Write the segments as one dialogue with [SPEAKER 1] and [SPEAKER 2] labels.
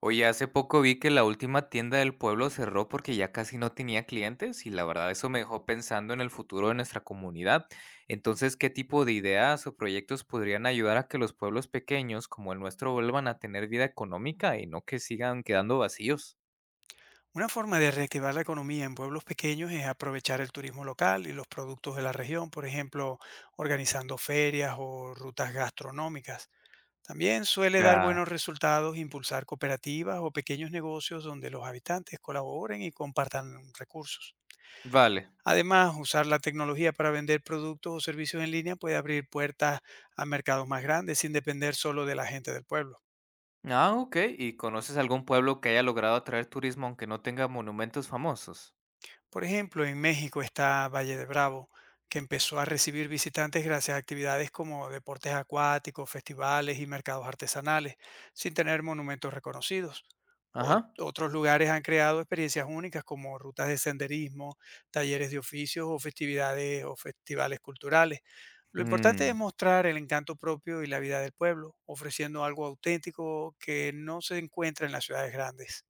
[SPEAKER 1] Oye, hace poco vi que la última tienda del pueblo cerró porque ya casi no tenía clientes y la verdad eso me dejó pensando en el futuro de nuestra comunidad. Entonces, ¿qué tipo de ideas o proyectos podrían ayudar a que los pueblos pequeños como el nuestro vuelvan a tener vida económica y no que sigan quedando vacíos?
[SPEAKER 2] Una forma de reactivar la economía en pueblos pequeños es aprovechar el turismo local y los productos de la región, por ejemplo, organizando ferias o rutas gastronómicas. También suele dar
[SPEAKER 1] Ya.
[SPEAKER 2] buenos resultados impulsar cooperativas o pequeños negocios donde los habitantes colaboren y compartan recursos.
[SPEAKER 1] Vale.
[SPEAKER 2] Además, usar la tecnología para vender productos o servicios en línea puede abrir puertas a mercados más grandes sin depender solo de la gente del pueblo.
[SPEAKER 1] Ah, ok. ¿Y conoces algún pueblo que haya logrado atraer turismo aunque no tenga monumentos famosos?
[SPEAKER 2] Por ejemplo, en México está Valle de Bravo, que empezó a recibir visitantes gracias a actividades como deportes acuáticos, festivales y mercados artesanales, sin tener monumentos reconocidos.
[SPEAKER 1] Ajá.
[SPEAKER 2] Otros lugares han creado experiencias únicas como rutas de senderismo, talleres de oficios o festividades o festivales culturales. Lo importante
[SPEAKER 1] Mm.
[SPEAKER 2] es mostrar el encanto propio y la vida del pueblo, ofreciendo algo auténtico que no se encuentra en las ciudades grandes.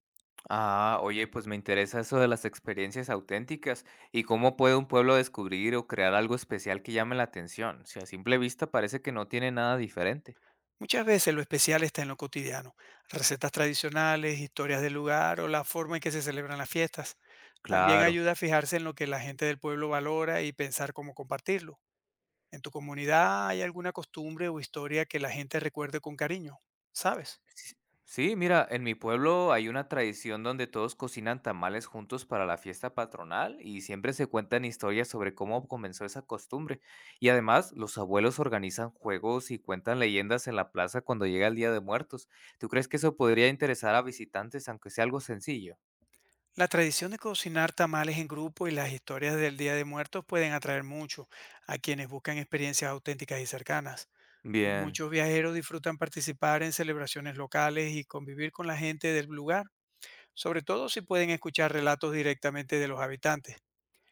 [SPEAKER 1] Ah, oye, pues me interesa eso de las experiencias auténticas y cómo puede un pueblo descubrir o crear algo especial que llame la atención, si a simple vista parece que no tiene nada diferente.
[SPEAKER 2] Muchas veces lo especial está en lo cotidiano: recetas tradicionales, historias del lugar o la forma en que se celebran las fiestas. También
[SPEAKER 1] Claro.
[SPEAKER 2] ayuda a fijarse en lo que la gente del pueblo valora y pensar cómo compartirlo. ¿En tu comunidad hay alguna costumbre o historia que la gente recuerde con cariño? ¿Sabes?
[SPEAKER 1] Sí, sí, mira, en mi pueblo hay una tradición donde todos cocinan tamales juntos para la fiesta patronal y siempre se cuentan historias sobre cómo comenzó esa costumbre. Y además, los abuelos organizan juegos y cuentan leyendas en la plaza cuando llega el Día de Muertos. ¿Tú crees que eso podría interesar a visitantes, aunque sea algo sencillo?
[SPEAKER 2] La tradición de cocinar tamales en grupo y las historias del Día de Muertos pueden atraer mucho a quienes buscan experiencias auténticas y cercanas.
[SPEAKER 1] Bien.
[SPEAKER 2] Muchos viajeros disfrutan participar en celebraciones locales y convivir con la gente del lugar, sobre todo si pueden escuchar relatos directamente de los habitantes.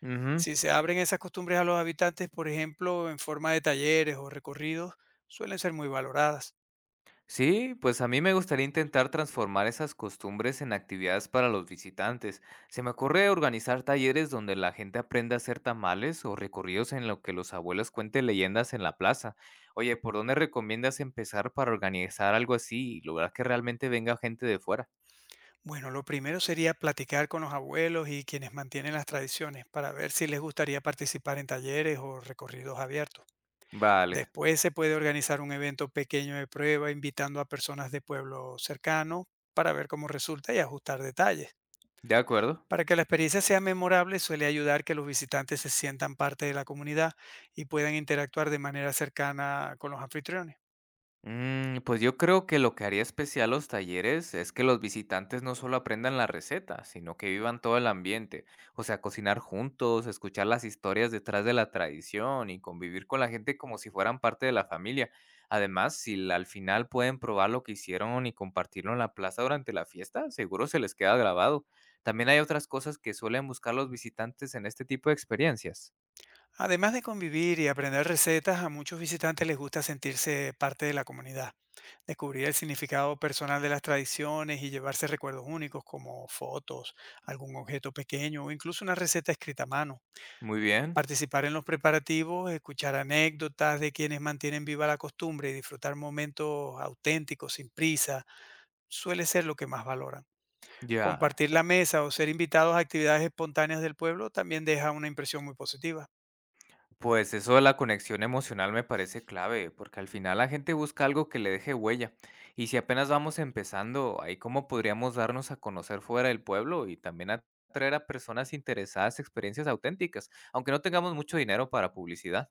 [SPEAKER 1] Ujú.
[SPEAKER 2] Si se abren esas costumbres a los habitantes, por ejemplo, en forma de talleres o recorridos, suelen ser muy valoradas.
[SPEAKER 1] Sí, pues a mí me gustaría intentar transformar esas costumbres en actividades para los visitantes. Se me ocurre organizar talleres donde la gente aprenda a hacer tamales o recorridos en los que los abuelos cuenten leyendas en la plaza. Oye, ¿por dónde recomiendas empezar para organizar algo así y lograr que realmente venga gente de fuera?
[SPEAKER 2] Bueno, lo primero sería platicar con los abuelos y quienes mantienen las tradiciones para ver si les gustaría participar en talleres o recorridos abiertos.
[SPEAKER 1] Vale,
[SPEAKER 2] Después se puede organizar un evento pequeño de prueba invitando a personas de pueblo cercano para ver cómo resulta y ajustar detalles.
[SPEAKER 1] de acuerdo.
[SPEAKER 2] Para que la experiencia sea memorable, suele ayudar que los visitantes se sientan parte de la comunidad y puedan interactuar de manera cercana con los anfitriones.
[SPEAKER 1] Pues yo creo que lo que haría especial los talleres es que los visitantes no solo aprendan la receta, sino que vivan todo el ambiente, o sea, cocinar juntos, escuchar las historias detrás de la tradición y convivir con la gente como si fueran parte de la familia. Además, si la- al final pueden probar lo que hicieron y compartirlo en la plaza durante la fiesta, seguro se les queda grabado. También hay otras cosas que suelen buscar los visitantes en este tipo de experiencias.
[SPEAKER 2] Además de convivir y aprender recetas, a muchos visitantes les gusta sentirse parte de la comunidad, descubrir el significado personal de las tradiciones y llevarse recuerdos únicos como fotos, algún objeto pequeño o incluso una receta escrita a mano.
[SPEAKER 1] Muy bien,
[SPEAKER 2] Participar en los preparativos, escuchar anécdotas de quienes mantienen viva la costumbre y disfrutar momentos auténticos, sin prisa, suele ser lo que más valoran.
[SPEAKER 1] ya.
[SPEAKER 2] Compartir la mesa o ser invitados a actividades espontáneas del pueblo también deja una impresión muy positiva.
[SPEAKER 1] Pues eso de la conexión emocional me parece clave, porque al final la gente busca algo que le deje huella. Y si apenas vamos empezando, ahí cómo podríamos darnos a conocer fuera del pueblo y también atraer a personas interesadas, experiencias auténticas, aunque no tengamos mucho dinero para publicidad.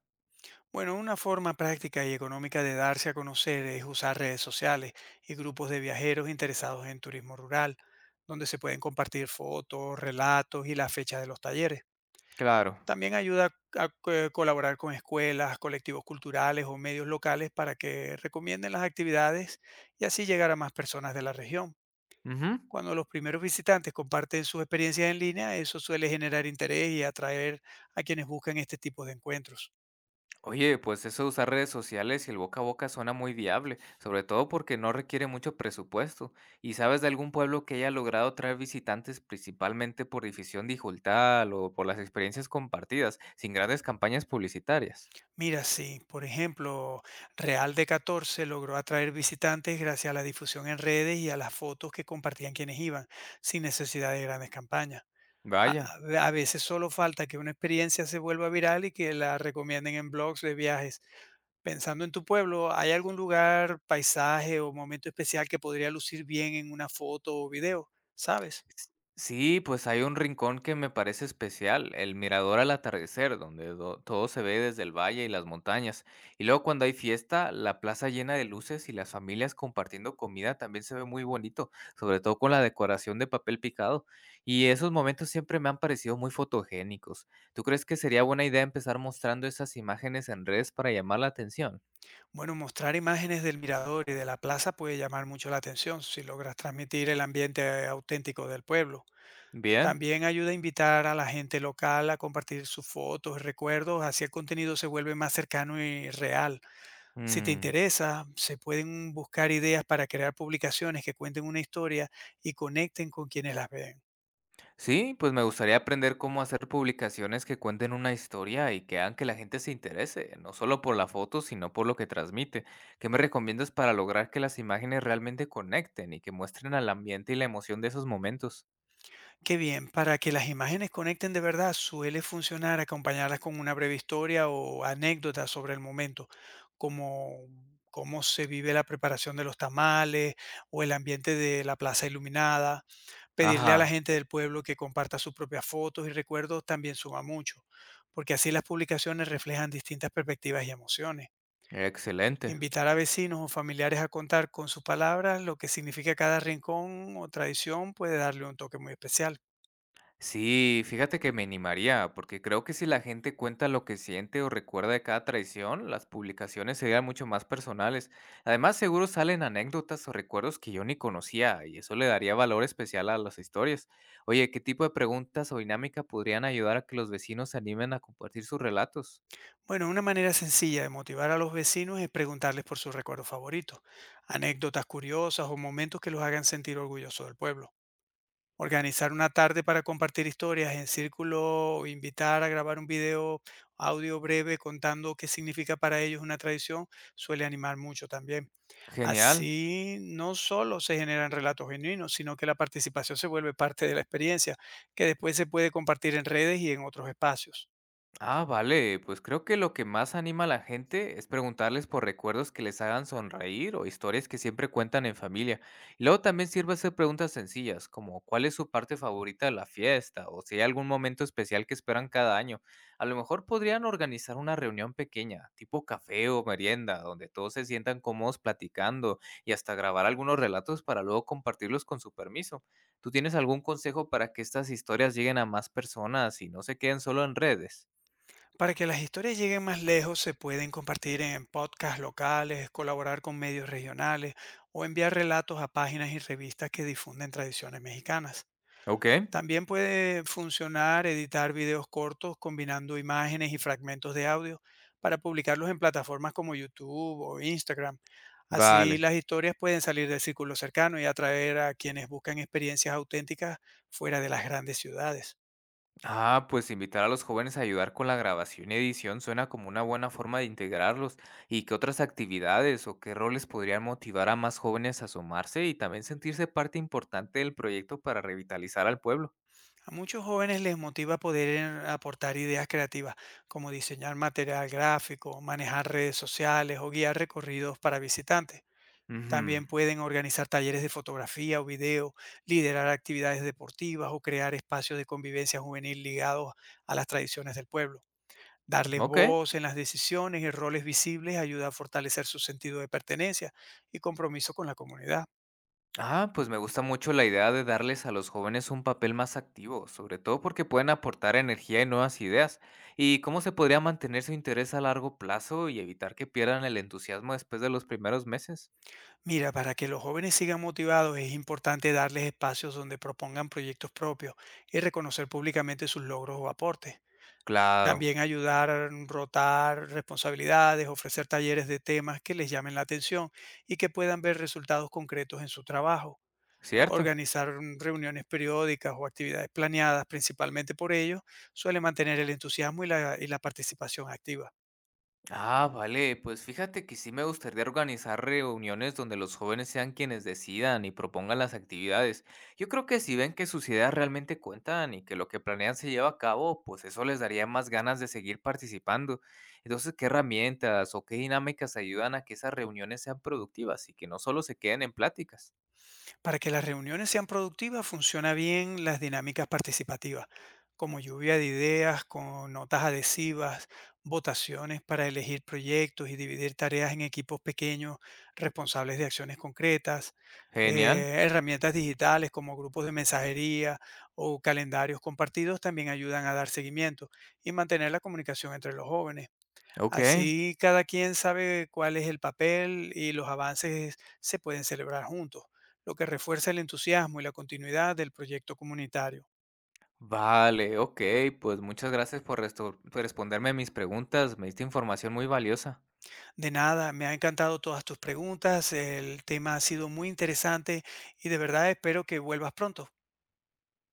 [SPEAKER 2] Bueno, una forma práctica y económica de darse a conocer es usar redes sociales y grupos de viajeros interesados en turismo rural, donde se pueden compartir fotos, relatos y las fechas de los talleres.
[SPEAKER 1] Claro.
[SPEAKER 2] También ayuda a colaborar con escuelas, colectivos culturales o medios locales para que recomienden las actividades y así llegar a más personas de la región.
[SPEAKER 1] Ujú.
[SPEAKER 2] Cuando los primeros visitantes comparten sus experiencias en línea, eso suele generar interés y atraer a quienes buscan este tipo de encuentros.
[SPEAKER 1] Oye, pues eso de usar redes sociales y el boca a boca suena muy viable, sobre todo porque no requiere mucho presupuesto. ¿Y sabes de algún pueblo que haya logrado traer visitantes principalmente por difusión digital o por las experiencias compartidas, sin grandes campañas publicitarias?
[SPEAKER 2] Mira, sí, por ejemplo, Real de Catorce logró atraer visitantes gracias a la difusión en redes y a las fotos que compartían quienes iban, sin necesidad de grandes campañas. A,
[SPEAKER 1] Vaya.
[SPEAKER 2] a veces solo falta que una experiencia se vuelva viral y que la recomienden en blogs de viajes. Pensando en tu pueblo, ¿hay algún lugar, paisaje o momento especial que podría lucir bien en una foto o video? ¿Sabes?
[SPEAKER 1] S Sí, pues hay un rincón que me parece especial, el mirador al atardecer, donde do todo se ve desde el valle y las montañas. Y luego cuando hay fiesta, la plaza llena de luces y las familias compartiendo comida también se ve muy bonito, sobre todo con la decoración de papel picado. Y esos momentos siempre me han parecido muy fotogénicos. ¿Tú crees que sería buena idea empezar mostrando esas imágenes en redes para llamar la atención?
[SPEAKER 2] Bueno, mostrar imágenes del mirador y de la plaza puede llamar mucho la atención si logras transmitir el ambiente auténtico del pueblo.
[SPEAKER 1] Bien.
[SPEAKER 2] También ayuda a invitar a la gente local a compartir sus fotos y recuerdos, así el contenido se vuelve más cercano y real. Si te
[SPEAKER 1] Mm.
[SPEAKER 2] interesa, se pueden buscar ideas para crear publicaciones que cuenten una historia y conecten con quienes las ven.
[SPEAKER 1] Sí, pues me gustaría aprender cómo hacer publicaciones que cuenten una historia y que hagan que la gente se interese, no solo por la foto, sino por lo que transmite. ¿Qué me recomiendas para lograr que las imágenes realmente conecten y que muestren al ambiente y la emoción de esos momentos?
[SPEAKER 2] Qué bien, para que las imágenes conecten de verdad suele funcionar acompañarlas con una breve historia o anécdota sobre el momento, como cómo se vive la preparación de los tamales o el ambiente de la plaza iluminada. Pedirle a la
[SPEAKER 1] Ajá,
[SPEAKER 2] gente del pueblo que comparta sus propias fotos y recuerdos también suma mucho, porque así las publicaciones reflejan distintas perspectivas y emociones.
[SPEAKER 1] excelente.
[SPEAKER 2] Invitar a vecinos o familiares a contar con sus palabras lo que significa cada rincón o tradición puede darle un toque muy especial.
[SPEAKER 1] Sí, fíjate que me animaría, porque creo que si la gente cuenta lo que siente o recuerda de cada traición, las publicaciones serían mucho más personales. Además, seguro salen anécdotas o recuerdos que yo ni conocía, y eso le daría valor especial a las historias. Oye, ¿qué tipo de preguntas o dinámica podrían ayudar a que los vecinos se animen a compartir sus relatos?
[SPEAKER 2] Bueno, una manera sencilla de motivar a los vecinos es preguntarles por sus recuerdos favoritos, anécdotas curiosas o momentos que los hagan sentir orgullosos del pueblo. Organizar una tarde para compartir historias en círculo o invitar a grabar un video audio breve contando qué significa para ellos una tradición suele animar mucho también.
[SPEAKER 1] Genial.
[SPEAKER 2] Así no solo se generan relatos genuinos, sino que la participación se vuelve parte de la experiencia, que después se puede compartir en redes y en otros espacios.
[SPEAKER 1] Ah, vale, pues creo que lo que más anima a la gente es preguntarles por recuerdos que les hagan sonreír o historias que siempre cuentan en familia. Y luego también sirve hacer preguntas sencillas, como cuál es su parte favorita de la fiesta o si hay algún momento especial que esperan cada año. A lo mejor podrían organizar una reunión pequeña, tipo café o merienda, donde todos se sientan cómodos platicando y hasta grabar algunos relatos para luego compartirlos con su permiso. ¿Tú tienes algún consejo para que estas historias lleguen a más personas y no se queden solo en redes?
[SPEAKER 2] Para que las historias lleguen más lejos, se pueden compartir en podcasts locales, colaborar con medios regionales o enviar relatos a páginas y revistas que difunden tradiciones mexicanas.
[SPEAKER 1] Okey,
[SPEAKER 2] También puede funcionar editar videos cortos combinando imágenes y fragmentos de audio para publicarlos en plataformas como YouTube o Instagram. Así
[SPEAKER 1] vale.
[SPEAKER 2] las historias pueden salir del círculo cercano y atraer a quienes buscan experiencias auténticas fuera de las grandes ciudades.
[SPEAKER 1] Ah, pues invitar a los jóvenes a ayudar con la grabación y edición suena como una buena forma de integrarlos. ¿Y qué otras actividades o qué roles podrían motivar a más jóvenes a sumarse y también sentirse parte importante del proyecto para revitalizar al pueblo?
[SPEAKER 2] A muchos jóvenes les motiva poder aportar ideas creativas, como diseñar material gráfico, manejar redes sociales o guiar recorridos para visitantes.
[SPEAKER 1] Ujú.
[SPEAKER 2] También pueden organizar talleres de fotografía o video, liderar actividades deportivas o crear espacios de convivencia juvenil ligados a las tradiciones del pueblo. Darles
[SPEAKER 1] Okey.
[SPEAKER 2] voz en las decisiones y roles visibles ayuda a fortalecer su sentido de pertenencia y compromiso con la comunidad.
[SPEAKER 1] Ah, pues me gusta mucho la idea de darles a los jóvenes un papel más activo, sobre todo porque pueden aportar energía y nuevas ideas. ¿Y cómo se podría mantener su interés a largo plazo y evitar que pierdan el entusiasmo después de los primeros meses?
[SPEAKER 2] Mira, para que los jóvenes sigan motivados es importante darles espacios donde propongan proyectos propios y reconocer públicamente sus logros o aportes.
[SPEAKER 1] Claro,
[SPEAKER 2] También ayudar a rotar responsabilidades, ofrecer talleres de temas que les llamen la atención y que puedan ver resultados concretos en su trabajo.
[SPEAKER 1] cierto.
[SPEAKER 2] Organizar reuniones periódicas o actividades planeadas principalmente por ellos suele mantener el entusiasmo y la participación activa.
[SPEAKER 1] Ah, vale, pues fíjate que sí me gustaría organizar reuniones donde los jóvenes sean quienes decidan y propongan las actividades. Yo creo que si ven que sus ideas realmente cuentan y que lo que planean se lleva a cabo, pues eso les daría más ganas de seguir participando. Entonces, ¿qué herramientas o qué dinámicas ayudan a que esas reuniones sean productivas y que no solo se queden en pláticas?
[SPEAKER 2] Para que las reuniones sean productivas, funciona bien las dinámicas participativas, como lluvia de ideas con notas adhesivas, votaciones para elegir proyectos y dividir tareas en equipos pequeños responsables de acciones concretas.
[SPEAKER 1] Genial,
[SPEAKER 2] Herramientas digitales como grupos de mensajería o calendarios compartidos también ayudan a dar seguimiento y mantener la comunicación entre los jóvenes.
[SPEAKER 1] ok.
[SPEAKER 2] Así cada quien sabe cuál es el papel y los avances se pueden celebrar juntos, lo que refuerza el entusiasmo y la continuidad del proyecto comunitario.
[SPEAKER 1] Vale, ok, pues muchas gracias por por responderme mis preguntas, me diste información muy valiosa.
[SPEAKER 2] De nada, me ha encantado todas tus preguntas, el tema ha sido muy interesante y de verdad espero que vuelvas pronto.